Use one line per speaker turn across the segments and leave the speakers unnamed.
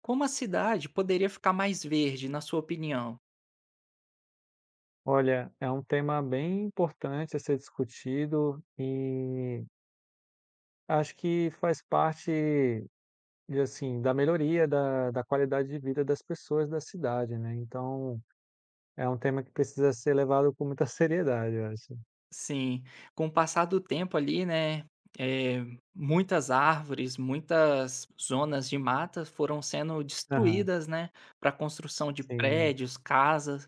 Como a cidade poderia ficar mais verde, na sua opinião?
Olha, é um tema bem importante a ser discutido e acho que faz parte da melhoria da qualidade de vida das pessoas da cidade, né? Então, é um tema que precisa ser levado com muita seriedade, eu acho.
Sim, com o passar do tempo ali, né, eh, muitas árvores, muitas zonas de mata foram sendo
Aham,
destruídas, né, para construção de
sim,
prédios, casas.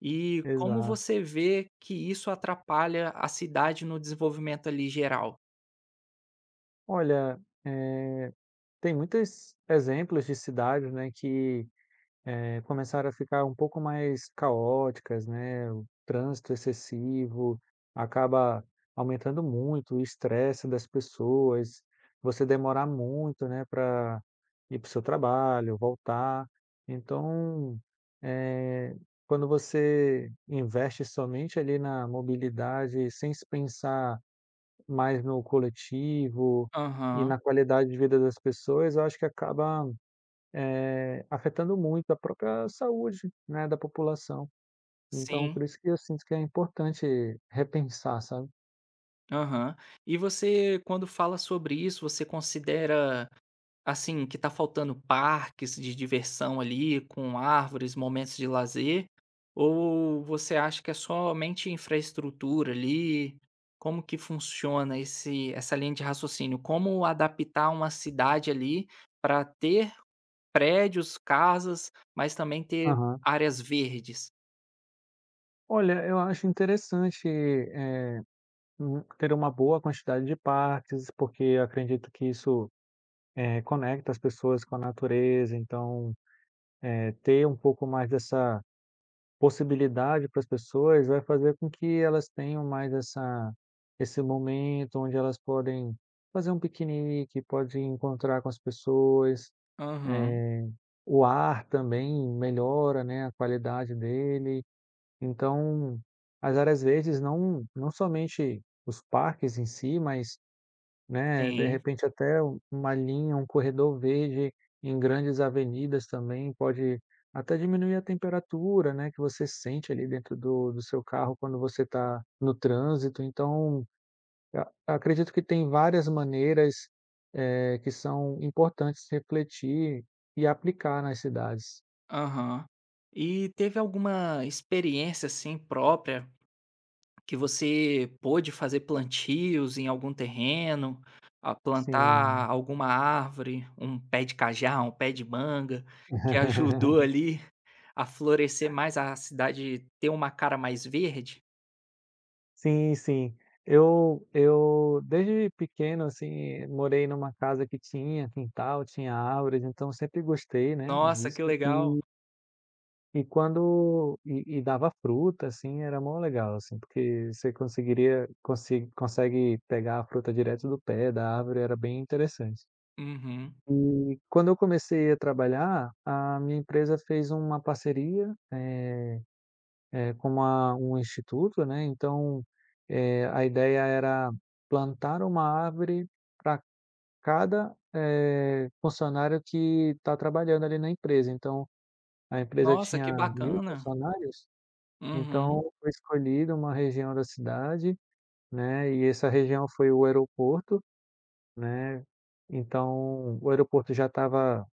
E como
exato.
você vê que isso atrapalha a cidade no desenvolvimento ali geral?
Olha, eh, tem muitos exemplos de cidades, né, que começaram a ficar um pouco mais caóticas, né, o trânsito excessivo acaba aumentando muito o estresse das pessoas, você demorar muito, né, para ir para o seu trabalho, voltar. Então, eh, quando você investe somente ali na mobilidade, sem se pensar mais no coletivo e
Aham,
na qualidade de vida das pessoas, eu acho que acaba afetando muito a própria saúde, né, da população. Então,
sim,
por isso que eu sinto que é importante repensar, sabe?
aham. E você, quando fala sobre isso, você considera. Assim, que tá faltando parques de diversão ali, com árvores, momentos de lazer, ou você acha que é somente infraestrutura ali? Como que funciona esse essa linha de raciocínio? Como adaptar uma cidade ali para ter prédios, casas, mas também ter
Aham.
áreas verdes?
Olha, eu acho interessante, ter uma boa quantidade de parques, porque eu acredito que isso, conecta as pessoas com a natureza, então, ter um pouco mais dessa possibilidade para as pessoas, vai fazer com que elas tenham mais essa esse momento onde elas podem fazer um piquenique, podem encontrar com as pessoas,
Aham,
eh, o ar também melhora, né, a qualidade dele. Então, as áreas verdes não somente os parques em si, mas né, de
sim,
repente uma linha, um corredor verde em grandes avenidas também pode até diminuir a temperatura, né, que você sente ali dentro do seu carro quando você está no trânsito. Então, a acredito que tem várias maneiras, que são importantes refletir e aplicar nas cidades.
aham. E teve alguma experiência, assim, própria. Que você pôde fazer plantios em algum terreno, a plantar
Sim.
alguma árvore, um pé de cajá, um pé de manga, que ajudou ali a florescer mais a cidade, ter uma cara mais verde?
Sim, sim. Eu desde pequeno, assim, morei numa casa que tinha quintal, tinha árvores, então sempre gostei, né,
Nossa,
disso.
que legal.
E e quando dava fruta, assim, era mó legal, assim, porque você conseguiria consi consegue pegar a fruta direto do pé da árvore, era bem interessante.
Uhum.
E quando eu comecei a trabalhar, a minha empresa fez uma parceria, com uma um instituto, né, então, a ideia era plantar uma árvore para cada, funcionário que está trabalhando ali na empresa. Então, a empresa
Nossa, que
tinha 1000
bacana.
funcionários,
Uhum.
então foi escolhida uma região da cidade, né, e essa região foi o aeroporto, né, então o aeroporto já estava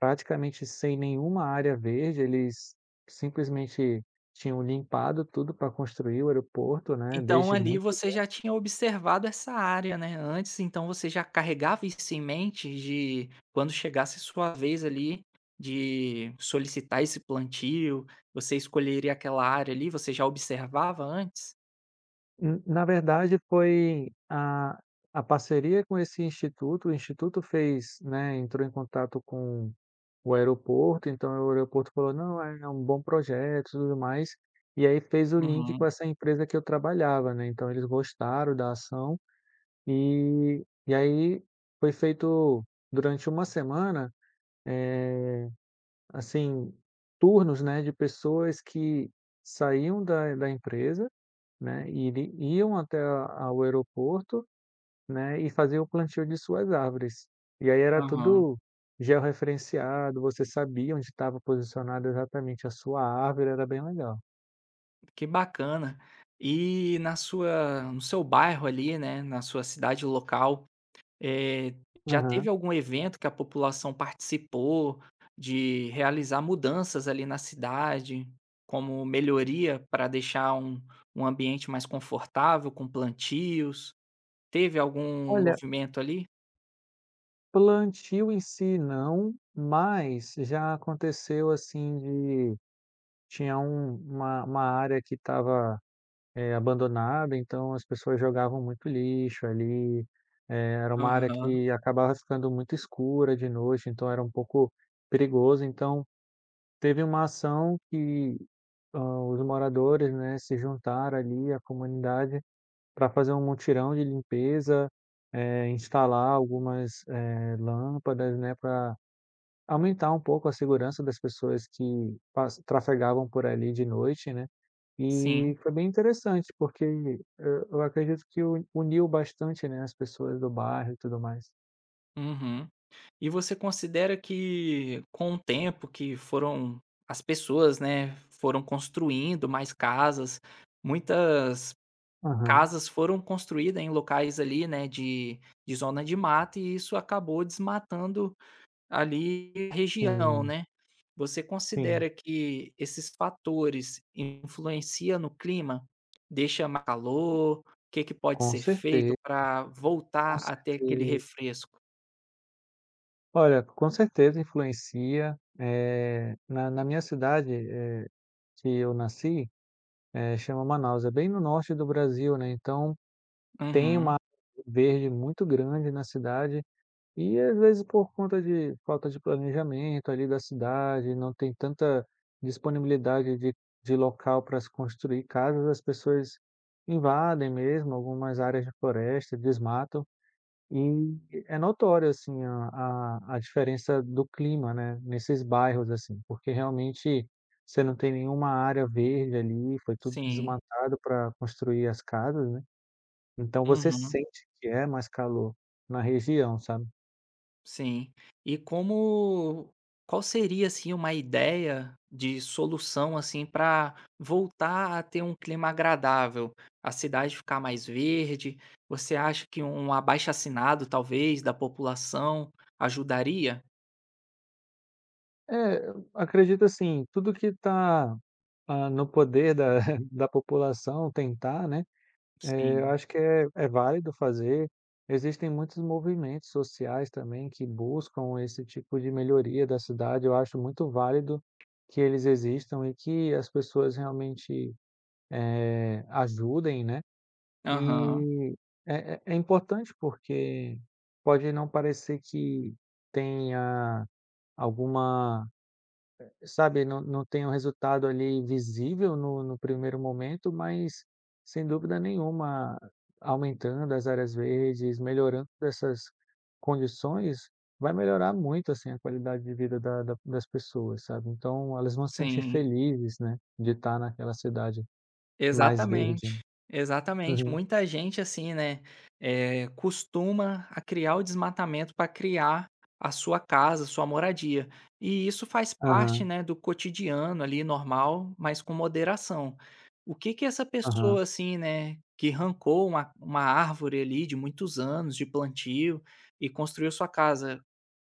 praticamente sem nenhuma área verde, eles simplesmente tinham limpado tudo para construir o aeroporto, né,
Então
desde
ali
muitos
você já
anos.
tinha observado essa área, né, antes, então você já carregava isso em mente de quando chegasse sua vez ali de solicitar esse plantio, você escolheria aquela área ali, você já observava antes?
N Na verdade foi a parceria com esse instituto, o instituto fez, né, entrou em contato com o aeroporto, então o aeroporto falou: "Não, é um bom projeto e tudo mais", e aí fez o link com
Uhum,
essa empresa que eu trabalhava, né, então eles gostaram da ação, e aí foi feito durante uma semana. Eh, assim, turnos, né, de pessoas que saíam da empresa, né, e iri iam até a ao aeroporto, né, e faziam o plantio de suas árvores. E aí era
aham.
tudo georreferenciado, você sabia onde estava posicionada exatamente a sua árvore, era bem legal.
Que bacana. E na sua, no seu bairro ali, né, na sua cidade local, Eh, já teve
Aham.
algum evento que a população participou de realizar mudanças ali na cidade, como melhoria para deixar um um ambiente mais confortável, com plantios? Teve algum
Olha,
movimento ali?
plantio em si não, mas já aconteceu, assim, de tinha uma área que estava abandonada, então as pessoas jogavam muito lixo ali, era uma área
Aham,
que acabava ficando muito escura de noite, então era um pouco perigoso. Então teve uma ação que, os moradores, né, se juntaram ali, a comunidade, para fazer um mutirão de limpeza, instalar algumas, lâmpadas, né, para aumentar um pouco a segurança das pessoas que pas trafegavam por ali de noite, né.
sim.
E foi bem interessante, porque eu acredito que u uniu bastante, né, as pessoas do bairro e tudo mais.
Uhum. E você considera que, com o tempo que foram as pessoas, né, foram construindo mais casas, muitas
Aham,
casas foram construídas em locais ali, né, de zona de mata, e isso acabou desmatando ali a região,
sim,
né. Você
sim,
considera que esses fatores influenciam no clima? Deixa mais calor? O que que pode
com
ser
certeza,
feito para voltar
com
até aquele
certeza.
refresco?
Olha, com certeza influencia, na na minha cidade, que eu nasci, chama Manaus, é bem no norte do Brasil, né, então tem uma
Uhum,
área verde muito grande na cidade. E às vezes por conta de falta de planejamento ali da cidade, não tem tanta disponibilidade de, de local para se construir casas, as pessoas invadem mesmo algumas áreas de floresta, desmatam, e é notório assim a diferença do clima, né, nesses bairros assim, porque realmente você não tem nenhuma área verde ali, foi tudo
sim.
desmatado para construir as casas, né? Então você
Uhum.
sente que é mais calor na região, sabe?
Sim. E como, qual seria, assim, uma ideia de solução, assim, para voltar a ter um clima agradável? A cidade ficar mais verde? Você acha que um abaixo-assinado, talvez, da população ajudaria?
É, eu acredito assim, tudo que está no poder da da população tentar, né, eu
Sim.
acho que é válido fazer. Existem muitos movimentos sociais também que buscam esse tipo de melhoria da cidade, eu acho muito válido que eles existam e que as pessoas realmente, ajudem, né.
Aham.
E é importante porque pode não parecer que tenha alguma. Sabe, não tem um resultado ali visível no primeiro momento, mas sem dúvida nenhuma, aumentando as áreas verdes, melhorando essas condições, vai melhorar muito, assim, a qualidade de vida da da das pessoas, sabe. Então elas vão se sentir
Sim.
felizes, né, de estar naquela cidade mais verde.
Exatamente, exatamente.
Uhum.
Muita gente, assim, né, costuma a criar o desmatamento para criar a sua casa, sua moradia. E isso faz parte,
Aham,
né, do cotidiano ali, normal, mas com moderação. O que que essa
aham.
pessoa, assim, né, que arrancou uma árvore ali de muitos anos de plantio e construiu sua casa, o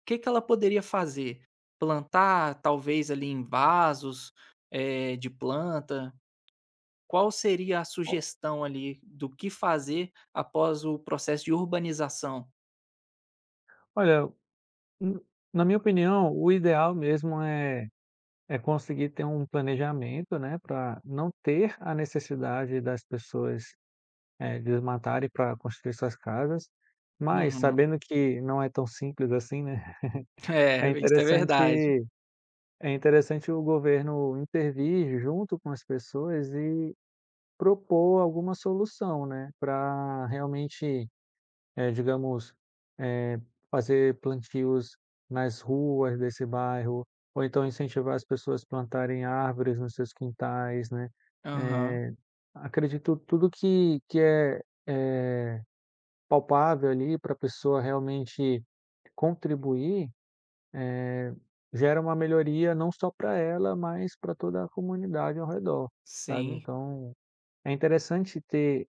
que que ela poderia fazer? Plantar, talvez ali em vasos, de planta? Qual seria a
O
sugestão ali do que fazer após o processo de urbanização?
Olha, n na minha opinião, o ideal mesmo é é conseguir ter um planejamento, né, para não ter a necessidade das pessoas, desmatarem para construir suas casas, mas
Uhum.
sabendo que não é tão simples assim, né,
É,
é
isso é verdade.
interessante é interessante o governo intervir junto com as pessoas e propor alguma solução, né, para realmente digamos, eh, fazer plantios nas ruas desse bairro, ou então incentivar as pessoas a plantarem árvores nos seus quintais, né.
Aham,
Acredito tudo que é palpável ali para a pessoa realmente contribuir, gera uma melhoria não só para ela, mas para toda a comunidade ao redor, sabe.
sim,
Então, é interessante ter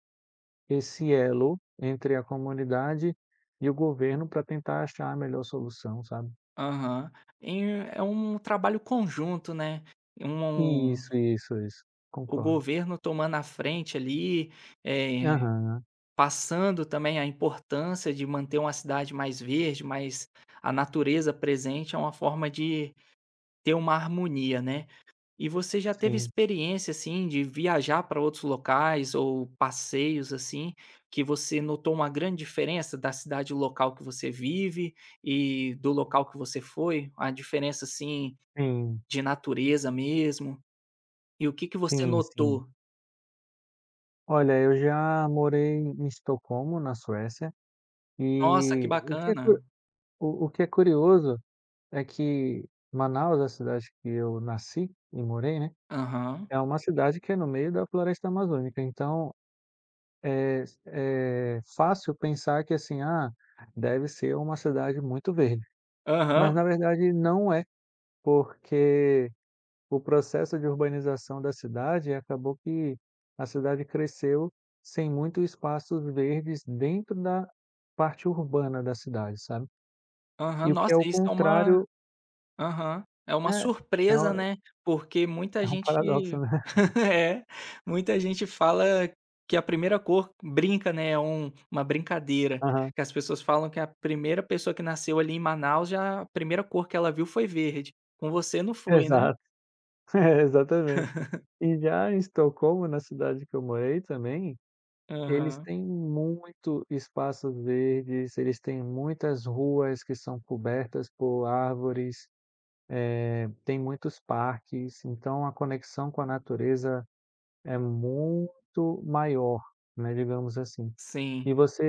esse elo entre a comunidade e o governo para tentar achar a melhor solução, sabe.
aham. E é um trabalho conjunto, né, um,
Isso, isso, isso.
o
Concordo.
governo tomando a frente ali, eh,
Aham.
passando também a importância de manter uma cidade mais verde, mais a natureza presente, é uma forma de ter uma harmonia, né. E você já teve
Sim,
experiência, assim, de viajar para outros locais ou passeios, assim, que você notou uma grande diferença da cidade local que você vive e do local que você foi? A diferença, assim,
sim,
de natureza mesmo? E o que que você
sim, sim.
notou?
Olha, eu já morei em Estocolmo, na Suécia,
Nossa, que
e
bacana.
o que é curioso é que Manaus, a cidade que eu nasci e morei, né,
Aham.
é uma cidade que é no meio da floresta amazônica, então é fácil pensar que, assim, ah, deve ser uma cidade muito verde, mas
Aham,
na verdade não é, porque o processo de urbanização da cidade acabou que a cidade cresceu sem muitos espaços verdes dentro da parte urbana da cidade, sabe.
aham.
E o que
Nossa,
é o
isso é uma.
contrário
Aham. É uma
é,
surpresa, né, porque muita
é um paradoxo,
gente
né.
é, muita gente fala que a primeira cor, brinca, né, é uma brincadeira,
Aham.
que as pessoas falam que a primeira pessoa que nasceu ali em Manaus, já a primeira cor que ela viu foi verde. Com você não foi, né?
Exato. É, exatamente. E já em Estocolmo, na cidade que eu morei também, eles
Aham.
têm muito espaços verdes, eles têm muitas ruas que são cobertas por árvores. Tem muitos parques, então a conexão com a natureza é muito maior, né, digamos assim. E
Sim.
você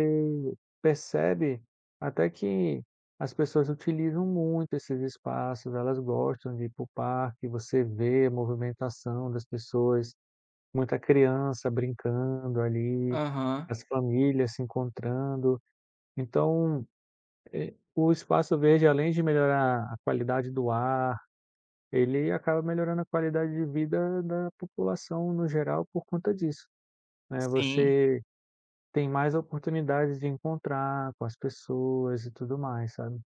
percebe até que as pessoas utilizam muito esses espaços, elas gostam de ir para o parque, você vê a movimentação das pessoas, muita criança brincando ali,
Aham.
as famílias se encontrando. Então, o espaço verde, além de melhorar a qualidade do ar, ele acaba melhorando a qualidade de vida da população no geral por conta disso, né,
Sim.
você tem mais oportunidades de encontrar com as pessoas e tudo mais, sabe.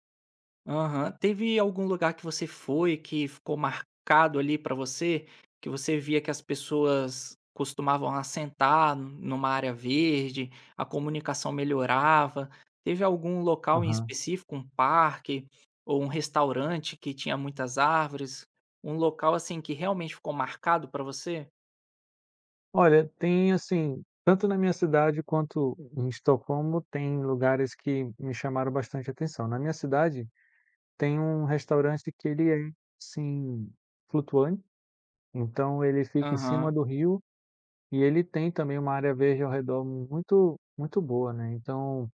Aham. Teve algum lugar que você foi que ficou marcado ali pra você, que você via que as pessoas costumavam assentar numa área verde, a comunicação melhorava? Teve algum local em
Aham.
específico, um parque ou um restaurante que tinha muitas árvores? Um local assim que realmente ficou marcado pra você?
Olha, tem assim, tanto na minha cidade quanto em Estocolmo, tem lugares que me chamaram bastante atenção. Na minha cidade, tem um restaurante que ele é, assim, flutuante, então ele fica em cima
Aham.
do rio, e ele tem também uma área verde ao redor muito boa, né, então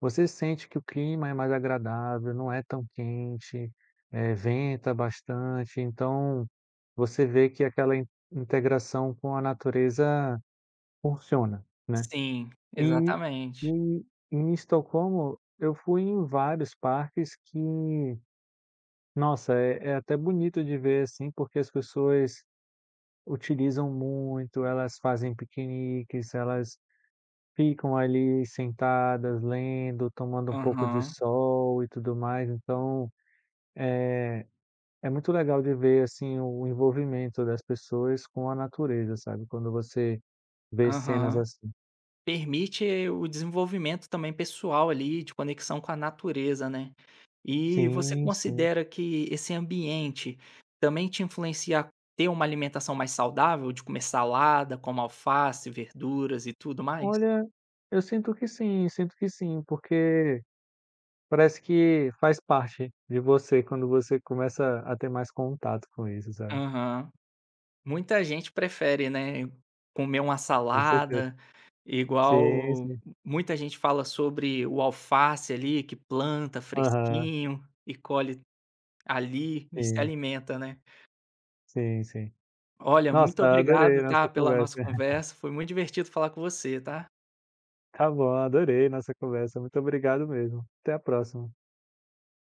você sente que o clima é mais agradável, não é tão quente, venta bastante, então você vê que aquela in integração com a natureza funciona, né.
Sim,
E
exatamente.
e em Estocolmo, eu fui em vários parques que, nossa, é até bonito de ver, assim, porque as pessoas utilizam muito, elas fazem piqueniques, elas ficam ali sentadas lendo, tomando um pouco de
Aham,
sol e tudo mais, então é muito legal de ver, assim, o envolvimento das pessoas com a natureza, sabe, quando você vê cenas
aham.
assim.
Permite o desenvolvimento também pessoal ali, de conexão com a natureza, né. E você
Sim, sim.
considera que esse ambiente também te influencia a ter uma alimentação mais saudável, de comer salada, como alface, verduras e tudo mais?
Olha, eu sinto que sim, porque parece que faz parte de você quando você começa a ter mais contato com isso, sabe.
Aham. Muita gente prefere, né, comer uma
Com certeza.
salada,
Sim,
igual
sim.
muita gente fala sobre o alface ali, que planta
Aham.
fresquinho e colhe ali e se
Sim,
alimenta, né.
sim, sim.
Olha,
Nossa,
muito
adorei a
obrigado, tá,
nossa
pela
conversa.
nossa conversa. Foi muito divertido falar com você, tá?
Tá bom, adorei nossa conversa. Muito obrigado mesmo. Até a próxima.